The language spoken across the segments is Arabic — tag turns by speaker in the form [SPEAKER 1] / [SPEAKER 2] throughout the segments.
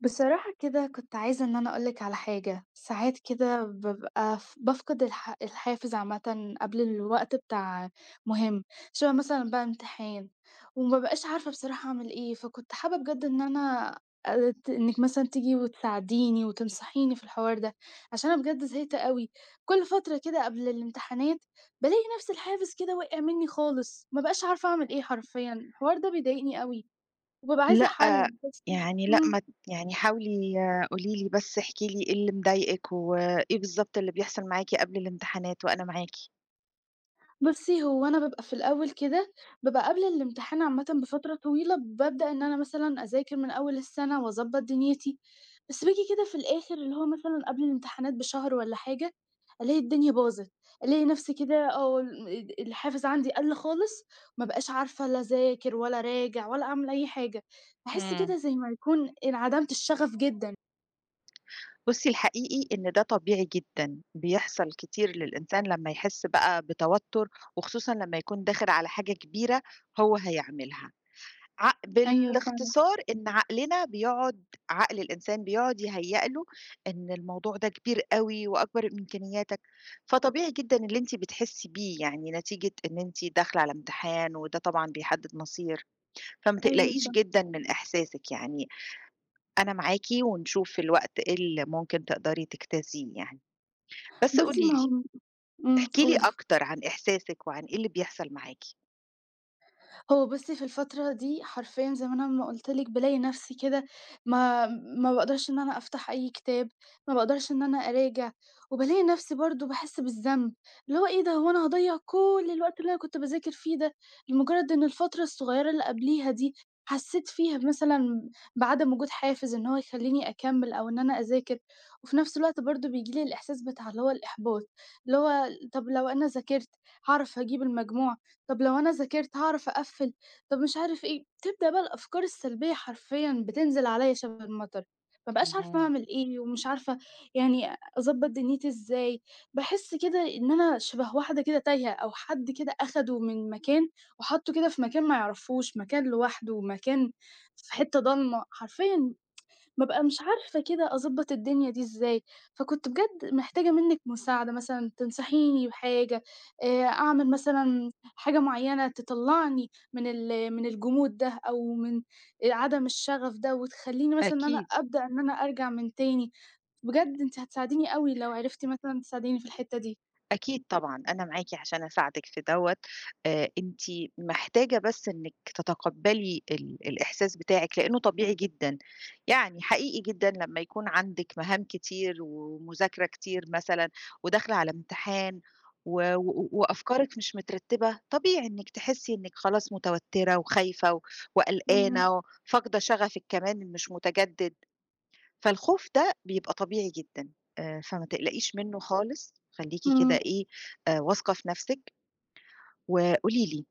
[SPEAKER 1] بصراحة كده كنت عايزة إن أنا أقول لِك على حاجة، ساعات كده بابقى بافقد الحافز عامةً قبل الوقت بتاع مهم، شبه مثلًا بقى امتحان، وما بابقاش عارفة بصراحة أعمل إيه، فكنت حابة بجد إن أنا ت إنِّك مثلًا تيجي وتساعديني وتنصحيني في الحوار ده، عشان أنا بجد زهقت أوي، كل فترة كده قبل الامتحانات بالاقي نفْسي الحافز كده وقع مني خالص، ما بقاش عارفة أعمل إيه حرفيًا، الحوار ده بيضايقني أوي، وبابقى عايزة
[SPEAKER 2] لأ،
[SPEAKER 1] حل بس.
[SPEAKER 2] يعني لأ
[SPEAKER 1] إمم.
[SPEAKER 2] ما ت يعني حاولي قولي لي بس احكي لي إيه اللي مضايقِك، وإيه بالضبط اللي بيحصل معاكِ قبل الامتحانات وأنا معاكِ.
[SPEAKER 1] بُصّي، هو أنا بابقى في الأول كده، بابقى قبل الامتحان عامةً بفترة طويلة بابدأ إن أنا مثلًا أذاكر من أول السَنة وأضبّط دنيتي، بس باجي كده في الآخر اللي هو مثلًا قبل الامتحانات بشهر والّا حاجة، ألاقي الدنيا باظت، ألاقي نَفْسي كده الحافز عندي قَل خالص، ما بقاش عارفة لا أذاكر ولا أراجع ولا أعمل أي حاجة، باحس كده
[SPEAKER 2] إمم.
[SPEAKER 1] زي ما يكون انعدمت الشغف جدًا.
[SPEAKER 2] بُصّي، الحقيقي إن ده طبيعي جدًا، بيحصل كتير للإنسان لمّا يحس بقى بتوتر، وخصوصًا لمّا يكون داخل على حاجة كبيرة هو هيعملها. ع
[SPEAKER 1] أيوه فعلًا،
[SPEAKER 2] بالاختصار إن عقلنا بيقعد عقل الإنسان بيقعد يهيأ له إن الموضوع ده كبير أوي وأكبر من إمكانياتك، فطبيعي جدًا اللي أنتِ بتحسّي بيه، يعني نتيجة إن أنتِ داخلة على امتحان وده طبعًا بيحدد مصير، فما
[SPEAKER 1] أيوه
[SPEAKER 2] تقلقيش
[SPEAKER 1] صح.
[SPEAKER 2] جدًا من إحساسِك، يعني أنا معاكِ ونشوف في الوقت إيه اللي ممكن تقدري تجتازيه يعني. بس
[SPEAKER 1] بُصّي
[SPEAKER 2] قولي
[SPEAKER 1] ما
[SPEAKER 2] لي،
[SPEAKER 1] هو.
[SPEAKER 2] احكي لي
[SPEAKER 1] قولي.
[SPEAKER 2] أكتر عن إحساسِك وعن إيه اللي بيحصل معاكِ؟
[SPEAKER 1] هو بُصّي، في الفترة دي حرفيًا زي ما أنا ما قُلت لِك بالاقي نفسي كده ما ما باقدرش إن أنا أفتح أي كتاب، ما باقدرش إن أنا أراجع، وبالاقي نفسي برضه باحس بالذنب، اللي هو إيه ده هو أنا هاضيّع كل الوقت اللي أنا كنت باذاكر فيه ده، لمجرد إن الفترة الصغيرة اللي قبليها دي حسيت فيها مثلًا بعدم وجود حافز إن هو يخلّيني أكمّل أو إن أنا أذاكر، وفي نفس الوقت برضه بييجي لي الإحساس بتاع اللي هو الإحباط، اللي هو طَب لو أنا ذاكرت هاعرف أجيب المجموع، طب لو أنا ذاكرت هاعرف أقفّل، طب مش عارف إيه، تبدأ بقى الأفكار السلبية حرفيًا بتنزل عليَّ شبه المطر، ما بابقاش عارفة
[SPEAKER 2] اهم،
[SPEAKER 1] أعمل إيه، ومش عارفة يعني أضبّط دنيتي إزاي، باحس كده إن أنا شبه واحدة كده تايهة، أو حد كده أخده من مكان وحطّه كده في مكان ما يعرفوش، مكان لوحده، مكان في حتّة ضلمة، حرفيًا بابقى مش عارفة كده أضبّط الدنيا دي إزاي، فكنت بجد محتاجة منِّك مساعدة مثلًا تنصحيني بحاجة، أعمل مثلًا حاجة معيّنة تطلّعني من الجمود ده أو من عدم الشغف ده وتخلّيني مثلًا إن أنا
[SPEAKER 2] أكيد.
[SPEAKER 1] أبدأ إن أنا أرجع من تاني، بجد أنتِ هتساعديني أوي لو عرفتِ مثلًا تساعديني في الحتّة دي.
[SPEAKER 2] أكيد طبعًا، أنا معاكِ عشان أساعدِك في دوّة، أنتِ محتاجة بس إنِّك تتقبّلي الإحساس بتاعِك، لإنه طبيعي جدًا، يعني حقيقي جدًا لمّا يكون عندِك مهام كتير ومذاكرة كتير مثلًا وداخلة على امتحان و و وأفكارِك مش مترتِّبة، طبيعي إنِّك تحسّي إنِّك خلاص متوتّرة وخايفة و
[SPEAKER 1] إمم.
[SPEAKER 2] وقلقانة وفاقدة شغفِك كمان مش متجدد. فالخوف ده بيبقى طبيعي جدًا، فما تقلقيش منّه خالص، خلّيكِ كده
[SPEAKER 1] إمم.
[SPEAKER 2] إيه، واثقة في نَفْسِك. وقولي لي،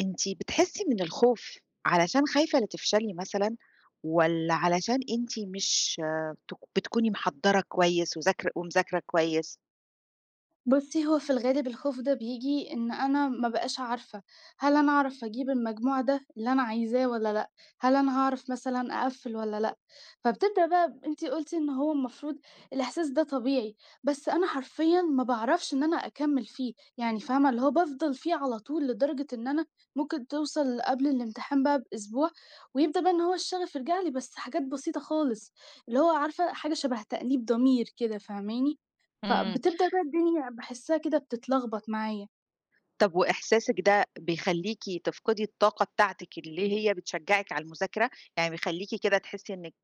[SPEAKER 2] أنتِ بتحسّي من الخوف علشان خايفة لا تفشلي مثلًا والّا علشان أنتِ مش آه، تك بتكوني محضّرة كويس وذاكر ومذاكرة كويس؟
[SPEAKER 1] بُصّي، هو في الغالب الخوف ده بييجي إن أنا ما بابقاش عارفة، هل أنا أعرف أجيب المجموع ده اللي أنا عايزاه والّا لأ؟ هل أنا هاعرف مثلًا أقفّل والّا لأ؟ فبتبدأ بقى أنتِ قُلتِ إن هو المفروض الإحساس ده طبيعي، بس أنا حرفيًا ما باعرفش إن أنا أكمّل فيه، يعني فاهمة؟ اللي هو بافضل فيه على طول لدرجة إن أنا ممكن توصل قبل الامتحان بقى بأسبوع، ويبدأ بقى إن هو الشغف يرجع لي بس حاجات بسيطة خالص، اللي هو عارفة حاجة شبه تأنيب ضمير كده، فاهماني؟
[SPEAKER 2] إمم.
[SPEAKER 1] فبتبدأ بقى الدنيا باحسّها كده بتتلخبط معايا.
[SPEAKER 2] طب وإحساسِك ده بيخلّيكِ تفقدي الطاقة بتاعتِك اللي هي بتشجّعِك على المذاكرة؟ يعني بيخلّيكِ كده تحسّي إنِّك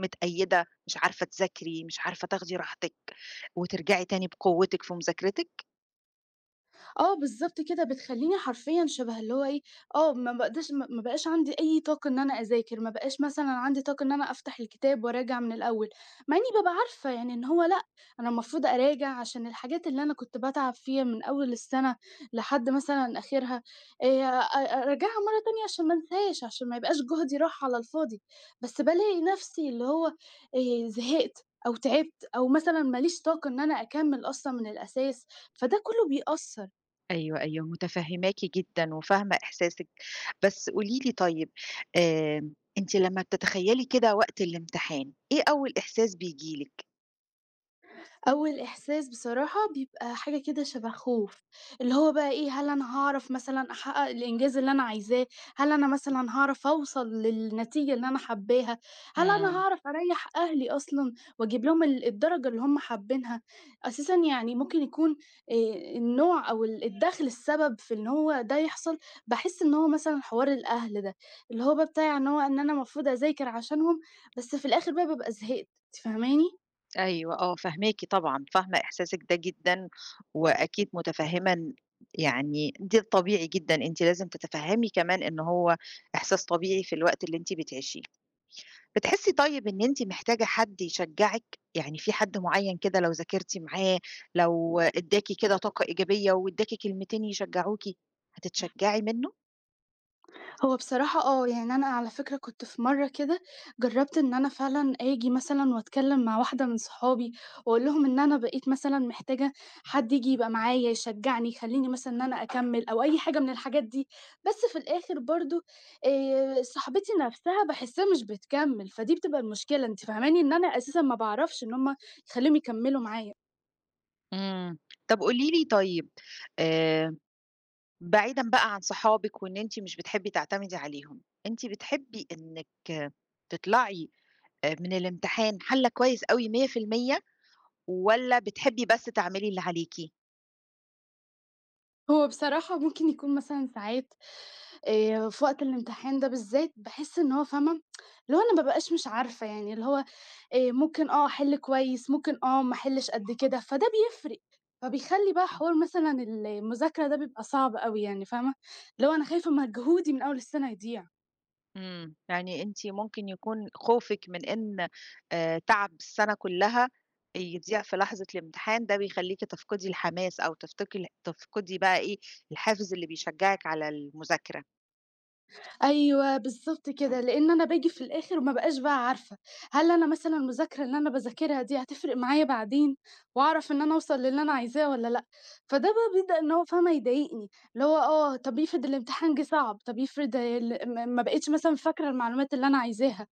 [SPEAKER 2] متقيّدة، مش عارفة تذاكري، مش عارفة تاخدي راحتِك، وترجعي تاني بقوتِك في مذاكرتِك،
[SPEAKER 1] آه بالضبط كده، بتخلّيني حرفيًا شبه اللي هو إيه، ما باقدرش ما ما بقاش عندي أي طاقة إن أنا أذاكر، ما بقاش مثلًا عندي طاقة إن أنا أفتح الكتاب وأراجع من الأول، مع إني بابقى عارفة يعني إن هو لأ، أنا المفروض أراجع عشان الحاجات اللي أنا كنت باتعب فيها من أول السنة لحد مثلًا آخرها، آآ أراجعها مرة تانية عشان ما أنساهاش، عشان ما يبقاش جهدي راح على الفاضي، بس بالاقي نفسي اللي هو زهقت أو تعبت أو مثلًا ما ليش طاقة إن أنا أكمّل أصلًا من الأساس، فده كلّه بيأثّر.
[SPEAKER 2] أيوه، أيوه، متفهّماكِ جدًا وفاهمة إحساسِك، بس قولي لي طيب أنتِ لمّا بتتخيّلي كده وقت الامتحان، إيه أول إحساس بييجي لِك؟
[SPEAKER 1] أول إحساس بصراحة بيبقى حاجة كده شبه خوف، اللي هو بقى إيه، هل أنا هاعرف مثلًا أحقق الإنجاز اللي أنا عايزاه؟ هل أنا مثلًا هاعرف أوصل للنتيجة اللي أنا حاباها؟ هل أنا
[SPEAKER 2] إمم،
[SPEAKER 1] هاعرف أريّح أهلي أصلًا وأجيب لهم الدرجة اللي هم حابينها؟ أساسًا يعني ممكن يكون آآ النوع أو الدخل السبب في إن هو ده يحصل، باحس إن هو مثلًا حوار الأهل ده، اللي هو بقى بتاع إن هو إن أنا المفروض أذاكر عشانهم، بس في الآخر بقى بابقى زهقت، فاهماني؟
[SPEAKER 2] أيوه، آه، فاهماكِ طبعًا، فاهمة إحساسِك ده جدًا، وأكيد متفهّمة إن يعني ده الطبيعي جدًا، أنتِ لازم تتفهّمي كمان إن هو إحساس طبيعي في الوقت اللي أنتِ بتعيشيه. بتحسّي طيب إن أنتِ محتاجة حد يشجّعِك؟ يعني في حد معيّن كده لو ذاكرتِ معاه، لو ادّاكِ كده طاقة إيجابية وادّاكِ كلمتين يشجّعوكِ، هتتشجّعي منّه؟
[SPEAKER 1] هو بصراحة آه، يعني أنا على فكرة كنت في مرّة كده جرّبت إن أنا فعلًا آجي مثلًا وأتكلّم مع واحدة من صحابي وأقول لهم إن أنا بقيت مثلًا محتاجة حد ييجي يبقى معايا، يشجّعني، يخلّيني مثلًا إن أنا أكمّل أو أي حاجة من الحاجات دي، بس في الآخر برضه صاحبتي نَفْسها باحسّها مش بتكمّل، فدي بتبقى المشكلة، أنتِ فاهماني؟ إن أنا أساسًا ما باعرفش إن هم يخلّيهم يكمّلوا معايا.
[SPEAKER 2] إمم. طب قولي لي طيب آآ بعيدًا بقى عن صحابِك وإن أنتِ مش بتحبّي تعتمدي عليهم، أنتِ بتحبّي إنِّك آه، تطلعي من الامتحان حالّة كويس أوي 100% والّا بتحبّي بس تعملي اللي عليكِ؟
[SPEAKER 1] هو بصراحة ممكن يكون مثلًا ساعات في وقت الامتحان ده بالذات باحس إن هو فاهمة، اللي هو أنا ما بابقاش مش عارفة يعني، اللي هو ممكن أحِل كويس، ممكن ما أحِلّش قد كده، فده بيفرق، فبيخلّي بقى حوار مثلًا المذاكرة ده بيبقى صعب أوي يعني فاهمة، اللي هو أنا خايفة مجهودي من أول السنة يضيع.
[SPEAKER 2] إمم، يعني أنتِ ممكن يكون خوفِك من إن تعب السنة كلّها يضيع في لحظة الامتحان، ده بيخلّيكِ تفقدي الحماس أو تفقدي بقى إيه، الحافز اللي بيشجّعِك على المذاكرة.
[SPEAKER 1] أيوه، بالضبط كده، لإن أنا باجي في الآخر ما بابقاش بقى عارفة، هل أنا مثلًا المذاكرة اللي أنا باذاكرها دي هتفرق معايا بعدين، وأعرف إن أنا أوصل للي أنا عايزاه والّا لأ؟ فده بقى بيبدأ إن هو فاهمة يضايقني، اللي هو طَب افرض الامتحان جِه صعب، طَب افرض ال ما ما بقيتش مثلًا فاكرة المعلومات اللي أنا عايزاها،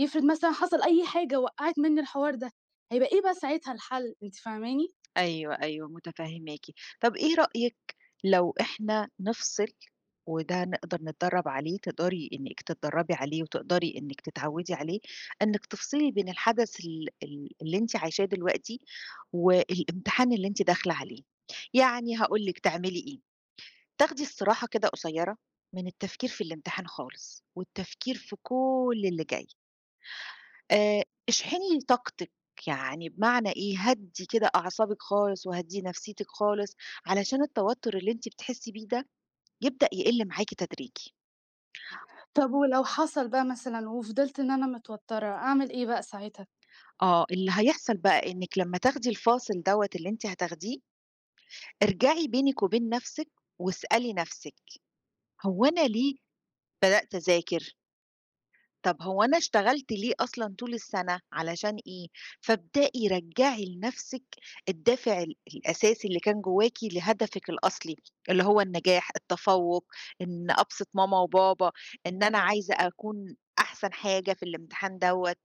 [SPEAKER 1] افرض مثلًا حصل أي حاجة وقّعت مني الحوار ده، هيبقى إيه بقى ساعتها الحل، أنتِ فاهماني؟
[SPEAKER 2] أيوه، أيوه، متفهّماكِ. طَب إيه رأيِك لو إحنا نفصل وده نقدر نتدرّب عليه، تقدري إنِّك تتدرّبي عليه وتقدري إنِّك تتعوّدي عليه، إنِّك تفصلي بين الحدث ال ال اللي أنتِ عايشاه دلوقتي والإمتحان اللي أنتِ داخلة عليه. يعني هاقول لِك تعملي إيه، تاخدي استراحة كده قصيّرة من التفكير في الإمتحان خالص والتفكير في كل اللي جاي. آآ، اشحني طاقتِك، يعني بمعنى إيه، هدّي كده أعصابِك خالص وهدّي نفسيتِك خالص، علشان التوتر اللي أنتِ بتحسي بيه ده يبدأ يقِل معاكِ تدريجي.
[SPEAKER 1] طَب ولو حصل بقى مثلًا وفضلت إن أنا متوترة، أعمل إيه بقى ساعتها؟
[SPEAKER 2] آه، اللي هيحصل بقى إنِّك لمّا تاخدي الفاصل دوّة اللي أنتِ هتاخديه، ارجعي بينِك وبين نفسِك واسألي نفسِك، هو أنا ليه بدأت أذاكر؟ طب هو أنا اشتغلت ليه أصلًا طول السنة، علشان إيه؟ فابدئي رجّعي لنفسِك الدافع الأساسي اللي كان جواكِ لهدفِك الأصلي، اللي هو النجاح، التفوّق، إن أبسط ماما وبابا، إن أنا عايزة أكون أحسن حاجة في الامتحان دوّة،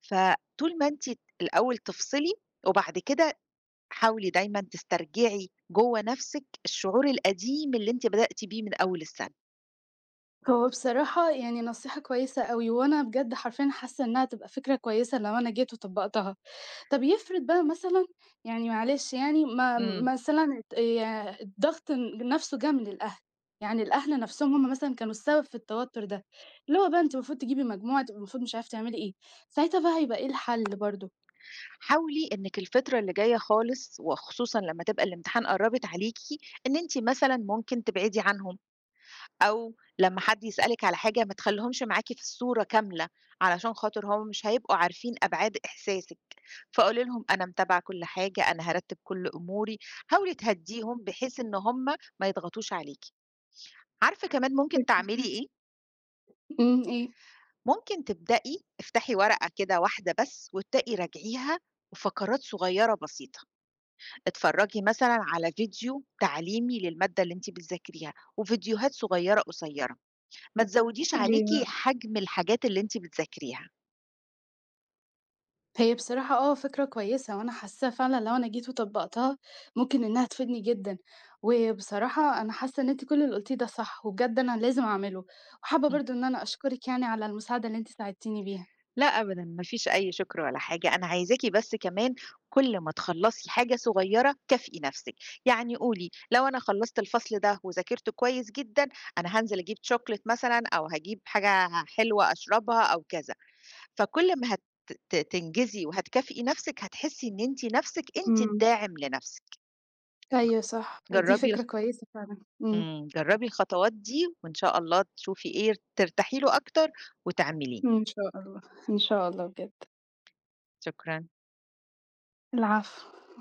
[SPEAKER 2] فطول ما أنتِ الأول تفصلي، وبعد كده حاولي دايمًا تسترجعي جوّه نفسِك الشعور القديم اللي أنتِ بدأتِ بيه من أول السنة.
[SPEAKER 1] هو بصراحة يعني نصيحة كويسة أوي، وأنا بجد حرفيًا حاسة إنها هتبقى فكرة كويسة لو أنا جيت وطبّقتها. طب يفرض بقى مثلًا يعني معلش يعني ما
[SPEAKER 2] إمم.
[SPEAKER 1] مثلًا ات يا الضغط نفسه جه من الأهل، يعني الأهل نفسهم هم مثلًا كانوا السبب في التوتر ده، اللي هو بقى أنتِ المفروض تجيبي مجموعة، أنتِ المفروض مش عارفة تعملي إيه، ساعتها بقى هيبقى إيه الحل برضه؟
[SPEAKER 2] حاولي إنِّك الفترة اللي جاية خالص وخصوصًا لمّا تبقى الامتحان قرّبِت عليكِ، إن أنتِ مثلًا ممكن تبعدي عنهم، أو لمّا حد يسألِك على حاجة ما تخلّيهمش معاكِ في الصورة كاملة، علشان خاطر هم مش هيبقوا عارفين أبعاد إحساسِك، فقولي لهم أنا متابعة كل حاجة، أنا هارتّب كل أموري، حاولي تهدّيهم بحيث إن هم ما يضغطوش عليكِ. عارفة كمان ممكن تعملي
[SPEAKER 1] فكرة.
[SPEAKER 2] إيه؟
[SPEAKER 1] إيه؟
[SPEAKER 2] ممكن تبدئي افتحي ورقة كده واحدة بس وابدئي راجعيها وفقرات صغيّرة بسيطة. اتفرّجي مثلًا على فيديو تعليمي للمادة اللي أنتِ بتذاكريها، وفيديوهات صغيّرة قصيّرة، ما تزوّديش عليكِ
[SPEAKER 1] أيوه.
[SPEAKER 2] حجم الحاجات اللي أنتِ بتذاكريها.
[SPEAKER 1] هي بصراحة آه فكرة كويسة، وأنا حاساها فعلًا لو أنا جيت وطبّقتها ممكن إنها تفيدني جدًا، وبصراحة أنا حاسة إن أنتِ كل اللي قُلتيه ده صح، وبجد أنا لازم أعمله، وحابة
[SPEAKER 2] إمم.
[SPEAKER 1] برضه إن أنا أشكرِك يعني على المساعدة اللي أنتِ ساعدتيني بيها.
[SPEAKER 2] لأ أبدًا، ما فيش أي شكر ولا حاجة، أنا عايزاكِ بس كمان كل ما تخلّصي حاجة صغيّرة كافئي نَفْسِك، يعني قولي لو أنا خلّصت الفصل ده وذاكرته كويس جدًا، أنا هانزل أجيب chocolate مثلًا أو هاجيب حاجة حلوة أشربها أو كذا، فكل ما هت ت تنجزي وهتكافئي نَفْسِك هتحسّي إن أنتِ نَفْسِك أنتِ
[SPEAKER 1] إمم،
[SPEAKER 2] الداعم لنَفْسِك.
[SPEAKER 1] أيوه صح. ودي
[SPEAKER 2] جرّبي
[SPEAKER 1] فكرة
[SPEAKER 2] الخ
[SPEAKER 1] كويسة فعلًا، إمم.
[SPEAKER 2] إمم، جرّبي الخطوات دي وإن شاء الله تشوفي إيه ترتاحي له أكتر وتعمليه.
[SPEAKER 1] إن شاء الله، إن شاء الله بجد.
[SPEAKER 2] شكرًا.
[SPEAKER 1] العفو.